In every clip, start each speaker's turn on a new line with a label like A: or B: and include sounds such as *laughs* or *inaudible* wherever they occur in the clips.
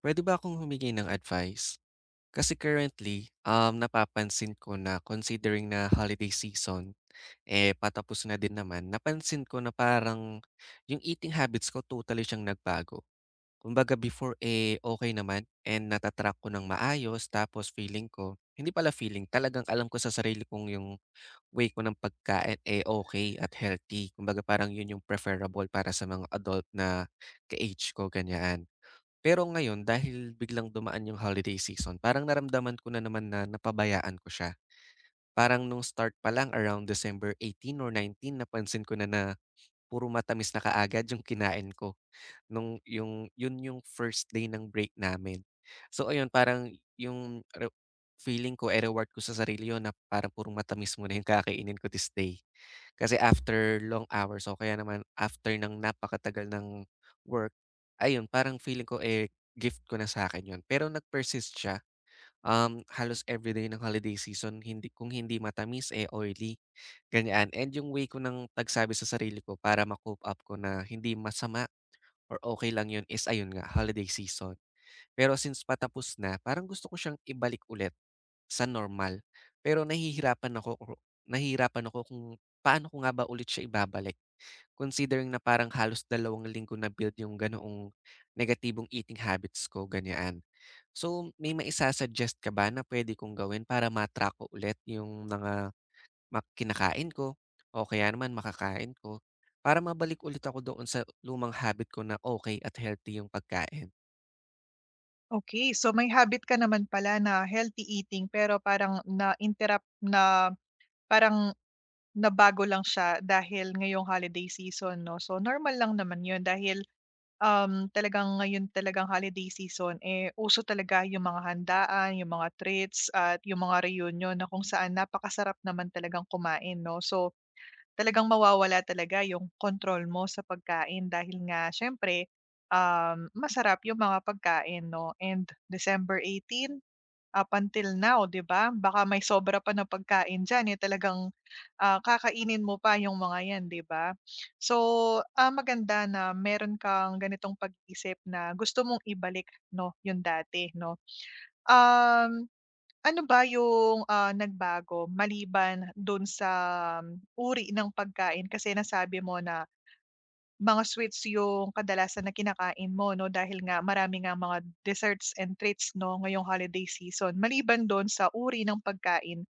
A: Puwede ba akong humingi ng advice? Kasi currently, napapansin ko na considering na holiday season, eh, patapos na din naman, napansin ko na parang yung eating habits ko totally siyang nagbago. Kumbaga before, eh, okay naman and nata ko ng maayos tapos feeling ko hindi pala feeling, talagang alam ko sa sarili kong yung way ko ng pagkain, eh, okay at healthy. Kumbaga parang yun yung preferable para sa mga adult na ka-age ko, ganyan. Pero ngayon dahil biglang dumaan yung holiday season, parang naramdaman ko na naman na napabayaan ko siya. Parang nung start pa lang around December 18 or 19 napansin ko na na puro matamis na kaagad yung kinain ko nung yun yung first day ng break namin. So ayun, parang yung re feeling ko, eh, reward ko sa sarili yun na parang puro matamis muna yung kakainin ko this day. Kasi after long hours o kaya naman after ng napakatagal ng work, ayun parang feeling ko, eh, gift ko na sa akin yun. Pero nag-persist siya, halos everyday ng holiday season hindi kung hindi matamis, eh, oily, ganyan. And yung way ko ng pagsabi sa sarili ko para ma-cope up ko na hindi masama or okay lang yun is ayun nga, holiday season. Pero since patapos na, parang gusto ko siyang ibalik ulit sa normal. Pero nahihirapan ako kung paano ko nga ba ulit siya ibabalik. Considering na parang halos 2 linggo na build yung ganoong negatibong eating habits ko, ganyan. So, may maisa-suggest ka ba na puwede kong gawin para ma ko ulit yung mga ma kinakain ko o kaya naman makakain ko para mabalik ulit ako doon sa lumang habit ko na okay at healthy yung pagkain?
B: Okay, so may habit ka naman pala na healthy eating pero parang na-interrupt na parang nabago lang siya dahil ngayong holiday season 'no. So normal lang naman 'yun dahil, talagang ngayon talagang holiday season, eh, uso talaga yung mga handaan, yung mga treats at yung mga reunion na kung saan napakasarap naman talagang kumain 'no. So talagang mawawala talaga yung kontrol mo sa pagkain dahil nga siyempre, masarap yung mga pagkain 'no and December 18 up until now 'di ba, baka may sobra pa na pagkain diyan, eh, talagang, kakainin mo pa yung mga 'yan 'di ba? So, maganda na meron kang ganitong pag-isip na gusto mong ibalik 'no, yung dati 'no. Um ano ba yung, nagbago maliban dun sa uri ng pagkain? Kasi nasabi mo na mga sweets yung kadalasan na kinakain mo 'no, dahil nga marami ngang mga desserts and treats 'no, ngayong holiday season. Maliban dun sa uri ng pagkain,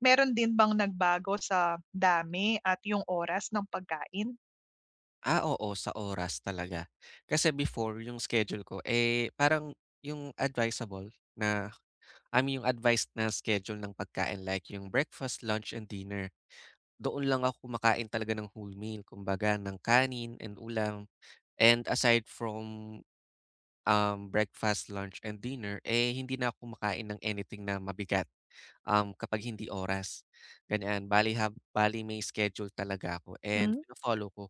B: meron din bang nagbago sa dami at yung oras ng pagkain?
A: Ah, oo, sa oras talaga. Kasi before yung schedule ko, eh, parang yung advisable na I mean yung advised na schedule ng pagkain like yung breakfast, lunch, and dinner. Doon lang ako kumakain talaga ng whole meal, kumbaga ng kanin and ulam. And aside from, breakfast, lunch, and dinner, eh, hindi na ako kumakain ng anything na mabigat kapag hindi oras, ganyan. Bale bali may schedule talaga ako and
B: Hmm.
A: fino-follow ko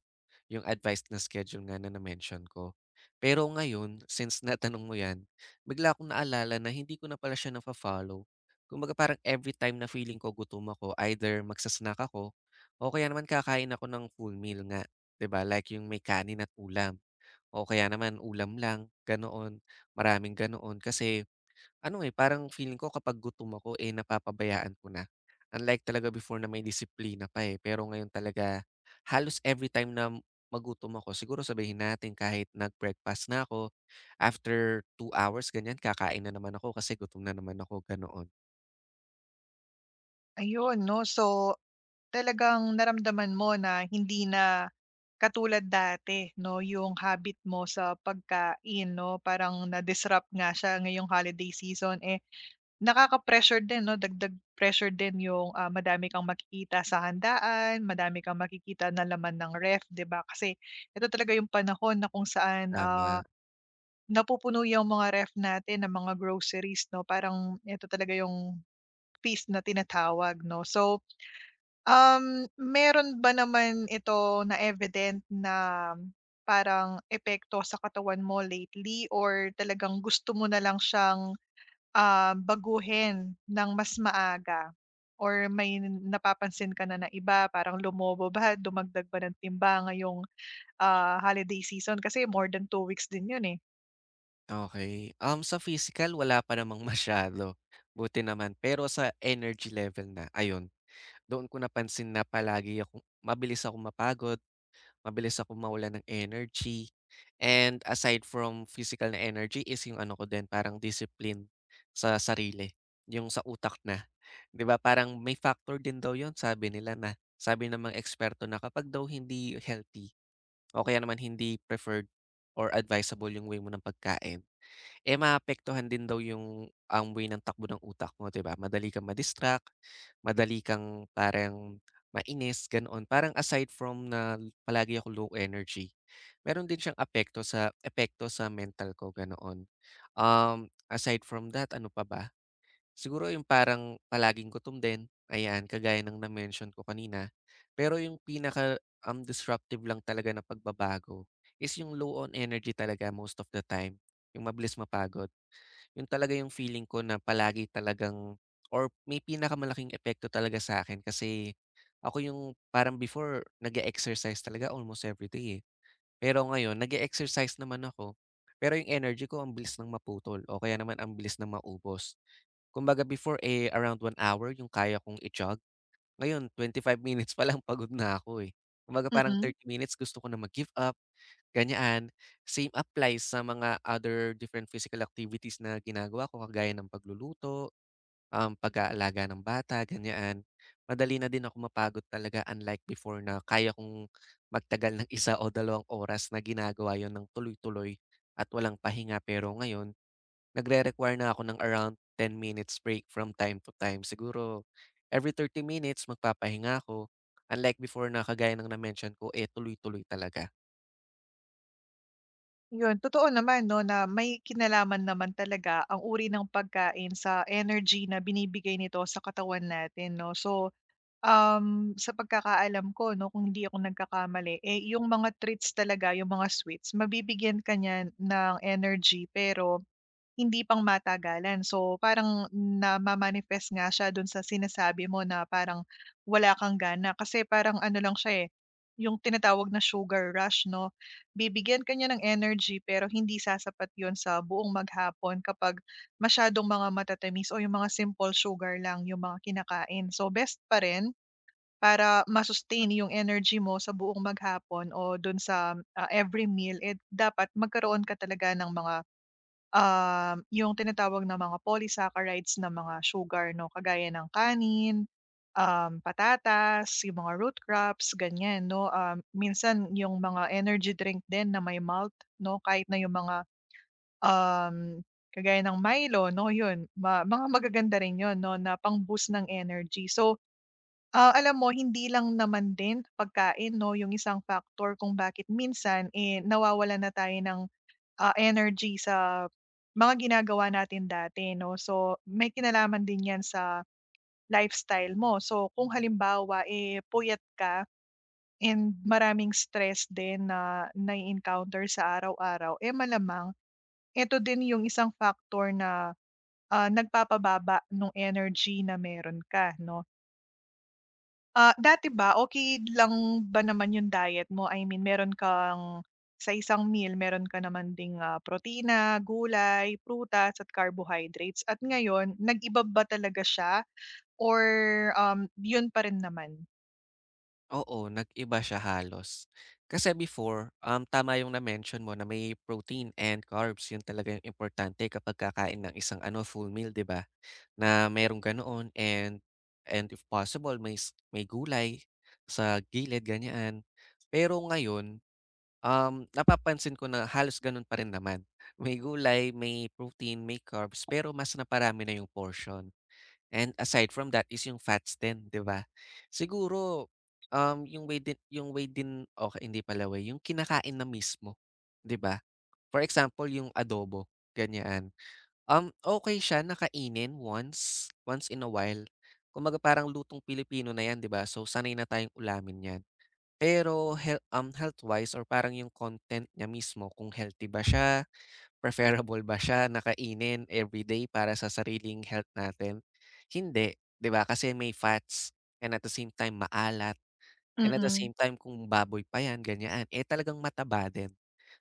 A: yung advice na schedule nga na na-mention ko. Pero ngayon, since natanong mo 'yan, bigla akong naalala na hindi ko na pala siya nafo-follow. Kumbaga parang every time na feeling ko gutom ako, either magsa ako o kaya naman kakain ako ng full meal nga, 'di ba? Like yung may kanin at ulam o kaya naman ulam lang, ganoon, maraming ganoon. Kasi ano, eh, parang feeling ko kapag gutom ako, eh, napapabayaan ko na. Unlike talaga before na may disiplina pa, eh, pero ngayon talaga halos everytime na magutom ako, siguro sabihin natin kahit nag-breakfast na ako, after 2 hours ganyan kakain na naman ako kasi gutom na naman ako, ganoon.
B: Ayun 'no, so talagang naramdaman mo na hindi na katulad dati 'no, yung habit mo sa pagkain 'no, parang na-disrupt nga siya ngayong holiday season. Eh, nakaka-pressure din 'no, dagdag pressure din yung, madami kang makikita sa handaan, madami kang makikita na laman ng ref, 'di ba? Kasi ito talaga yung panahon na kung saan,
A: Tama,
B: napupuno yung mga ref natin ng mga groceries 'no, parang ito talaga yung feast na tinatawag 'no. So, meron ba naman ito na evident na parang epekto sa katawan mo lately or talagang gusto mo na lang siyang, baguhin ng mas maaga or may napapansin ka na na iba, parang lumobo ba, dumagdag ba ng timbang ngayong, holiday season kasi more than 2 weeks din 'yun, eh?
A: okay. Sa physical wala pa namang *laughs* masyado, buti naman. Pero sa energy level na, ayun, doon ko napansin na palagi ako, mabilis ako mapagod. Mabilis ako mawalan ng energy and aside from physical na energy is yung ano ko din parang discipline sa sarili, yung sa utak na. 'Di ba parang may factor din daw yon sabi nila na sabi ng mga eksperto na kapag daw hindi healthy o kaya naman hindi preferred or advisable yung way mo ng pagkain eh, maapektuhan din daw yung ang way ng takbo ng utak mo, 'di ba? Madali kang ma-distract, madali kang parang mainis, ganoon. Parang aside from palagi ako low energy, meron din siyang apekto sa epekto sa mental ko, ganoon. Aside from that, ano pa ba? Siguro yung parang palaging gutom din, ayan, kagaya ng na-mention ko kanina. Pero yung pinaka disruptive lang talaga na pagbabago is yung low on energy talaga most of the time, yung mabilis mapagod. Yun talaga yung feeling ko na palagi talagang or may pinakamalaking epekto talaga sa akin kasi ako yung parang before nag exercise talaga almost everyday, eh. Pero ngayon nag exercise naman ako, pero yung energy ko ang bilis ng maputol o kaya naman ang bilis ng maubos. Kumbaga before, eh, around 1 hour yung kaya kong i-jog. Ngayon 25 minutes pa lang pagod na ako, eh. Kumbaga parang
B: Mm.
A: 30 minutes gusto ko na mag-give up, ganyan. Same applies sa mga other different physical activities na ginagawa ko kagaya ng pagluluto, pag-aalaga ng bata, ganyan. Madali na din ako mapagod talaga unlike before na kaya kong magtagal ng *laughs* 1 o 2 oras na ginagawa yon ng tuloy-tuloy at walang pahinga. Pero ngayon nagre-require na ako ng around 10 minutes break from time to time. Siguro every 30 minutes magpapahinga ako. Unlike before na kagaya ng na-mention ko, eh, tuloy-tuloy talaga.
B: Yun, totoo naman 'no, na may kinalaman naman talaga ang uri ng pagkain sa energy na binibigay nito sa katawan natin 'no. So, sa pagkakaalam ko 'no, kung hindi ako nagkakamali, eh, yung mga treats talaga, yung mga sweets, mabibigyan ka niyan ng energy pero hindi pang matagalan. So, parang namamanifest nga siya do'n sa sinasabi mo na parang wala kang gana kasi parang ano lang siya, eh, yung tinatawag na sugar rush 'no. Bibigyan ka niya ng energy pero hindi sasapat yon sa buong maghapon kapag masyadong mga matatamis o yung mga simple sugar lang yung mga kinakain. So, best pa rin para yung energy mo sa buong maghapon o do'n sa, every meal, eh, dapat magkaroon ka talaga ng mga yung tinatawag na mga polysaccharides na mga sugar 'no, kagaya ng kanin, patatas, yung mga root crops, ganyan 'no. Minsan yung mga energy drink din na may malt 'no, kahit na yung mga, um, kagaya ng Milo 'no, yun mga magaganda rin yun 'no, na pang-boost ng energy. So, alam mo hindi lang naman din pagkain 'no, yung isang factor kung bakit minsan, eh, nawawalan na tayo ng energy sa mga ginagawa natin dati 'no. So, may kinalaman din 'yan sa lifestyle mo. So, kung halimbawa, eh, puyat ka and maraming stress din na nai-encounter sa araw-araw, eh, malamang ito din yung isang factor na, nagpapababa ng energy na meron ka 'no. Dati ba okey lang ba naman yung diet mo? I mean meron kang sa isang meal meron ka naman ding, protina, gulay, prutas at carbohydrates at ngayon nag-iba ba talaga siya or, yun pa rin naman?
A: Oo, nag-iba siya halos. Kasi before, tama yung na-mention mo na may protein and carbs. Yun talaga yung importante kapag kakain ng isang ano, full meal, di ba? Na merong ganoon and if possible, may, may gulay sa gilid, ganyan. Pero ngayon, napapansin ko na halos gano'n pa rin naman. May gulay, may protein, may carbs, pero mas naparami na yung portion. And aside from that is yung fats din, 'di ba? Siguro, yung way din okay, hindi pala way, yung kinakain na mismo, 'di ba? For example, yung adobo, ganyan. Okay siya na once in a while. Kumbaga parang lutong Pilipino na 'yan, 'di ba? So sanay na tayong ulamin 'yan. Pero health-wise or parang yung content niya mismo kung healthy ba siya, *laughs* preferable ba siya na kainin everyday para sa sariling health natin? Hindi, 'di ba? Kasi may fats and at the same time maalat and at the
B: Mm,
A: same time kung baboy pa 'yan, ganyan, eh, talagang mataba din,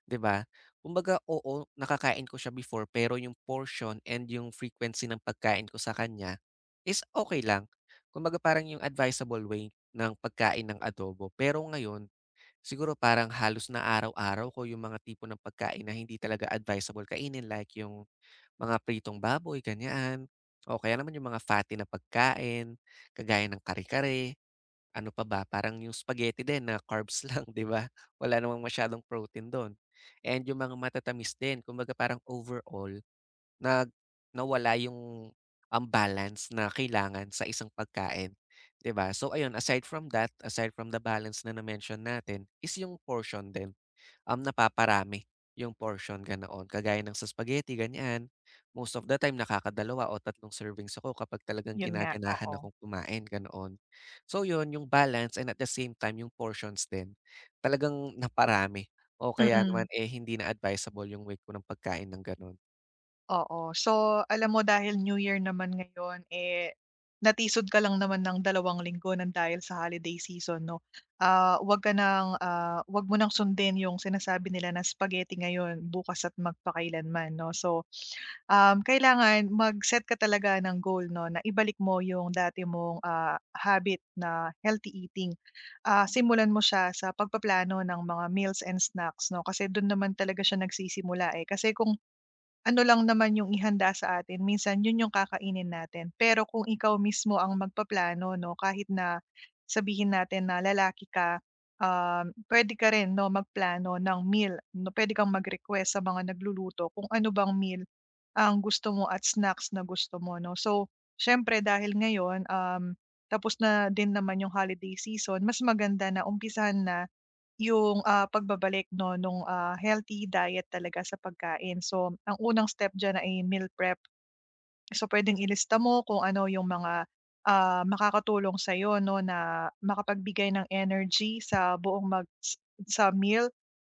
A: 'di ba? Kumbaga, oo, nakakain ko siya before pero yung portion and yung frequency ng pagkain ko sa kanya is okay lang. Kumbaga, parang yung advisable way ng pagkain ng adobo. Pero ngayon siguro parang halos na araw-araw ko yung mga tipo ng pagkain na hindi talaga advisable kainin like yung mga pritong baboy, ganyan. O kaya naman yung mga fatty na pagkain, kagaya ng kare-kare, ano pa ba, parang yung spaghetti din na carbs *laughs* lang, di ba? Wala namang masyadong protein doon. And yung mga matatamis din, kumbaga parang overall, Nag nawala ang balance na kailangan sa isang pagkain, 'di ba? So ayun, aside from that, aside from the balance na na-mention natin is yung portion din, napaparami yung portion, ganoon. Kagaya ng sa spaghetti ganyan, most of the time nakakadalawa o tatlong servings ako kapag talagang
B: yun nga,
A: ginaganahan
B: oo.
A: akong kumain, ganoon. So yun, yung balance and at the same time yung portions din, talagang naparami o kaya
B: Mm.
A: naman, eh, hindi na advisable yung weight ko ng pagkain ng gano'n.
B: Oo. So, alam mo dahil New Year naman ngayon, eh, natisod ka lang naman ng 2 linggo ng dahil sa holiday season, 'no? 'Wag mo ng sundin yung sinasabi nila na spaghetti ngayon, bukas at magpakailanman, 'no? So, kailangan mag-set ka talaga ng goal, 'no, na ibalik mo yung dati mong, habit na healthy eating. Simulan mo siya sa pagpaplano ng mga meals and snacks, 'no, kasi dun naman talaga siya nagsisimula, eh. Kasi kung ano lang naman yung ihanda sa atin, minsan yun yung kakainin natin. Pero kung ikaw mismo ang magpaplano 'no, kahit na sabihin natin na lalaki ka, puwede ka rin 'no, magplano ng meal 'no, puwede kang mag-request sa mga nagluluto kung ano bang meal ang gusto mo at snacks na gusto mo 'no. So, siyempre dahil ngayon, tapos na din naman yung holiday season, mas maganda na umpisahan na yung, pagbabalik 'no nung, healthy diet talaga sa pagkain. So, ang unang step diyan ay meal prep. So, pwedeng ilista mo kung ano yung mga, makakatulong sa'yo 'no na makapagbigay ng energy sa buong mag s sa meal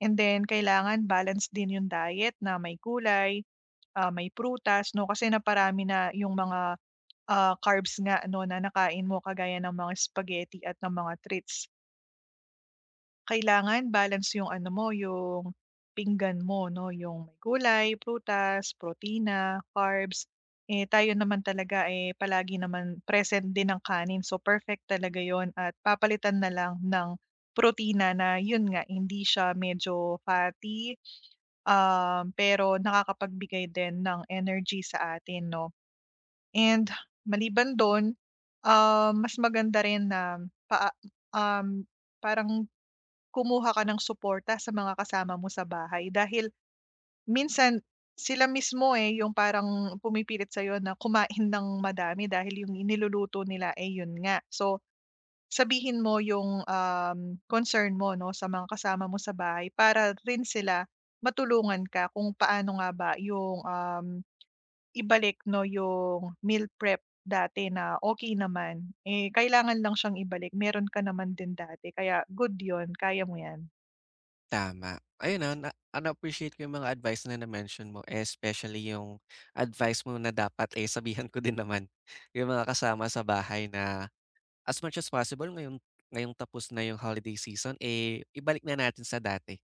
B: and then kailangan balance din yung diet na may gulay, may prutas 'no kasi naparami na yung mga, carbs nga 'no na nakain mo kagaya ng mga spaghetti at ng mga treats. Kailangan balance yung ano mo, yung pinggan mo 'no, yung may gulay, prutas, protina, carbs. Eh, tayo naman talaga, eh, palagi naman present din ang kanin so perfect talaga yon at papalitan na lang ng protina na yun nga hindi siya medyo fatty, pero nakakapagbigay din ng energy sa atin 'no. And maliban dun, mas maganda rin na pa um, parang kumuha ka ng suporta sa mga kasama mo sa bahay dahil minsan sila mismo, eh, yung parang pumipilit sa'yo na kumain ng madami dahil yung iniluluto nila, eh, yun nga. So, sabihin mo yung, concern mo 'no sa mga kasama mo sa bahay para rin sila matulungan ka kung paano nga ba yung, ibalik 'no yung meal prep dati na okey naman. Eh, kailangan lang siyang ibalik, meron ka naman din dati kaya good yon kaya mo yan.
A: Tama. Ayun, na-appreciate ko yung mga advice na na-mention mo, especially yung advice mo na dapat, eh, sabihan ko din naman *laughs* yung mga kasama sa bahay na as much as possible ngayong ngayong tapos na yung holiday season, eh, ibalik na natin sa dati.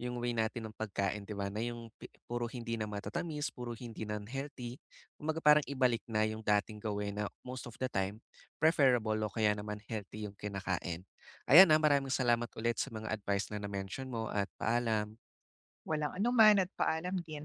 A: Yung way natin ng pagkain, 'di ba, na yung puro hindi na matatamis, puro hindi na unhealthy. Kumbaga parang ibalik na yung dating gawin na most of the time preferable o kaya naman healthy yung kinakain. Ayan, ah, maraming salamat ulit sa mga advice na na-mention mo at paalam.
B: Walang anuman at paalam din.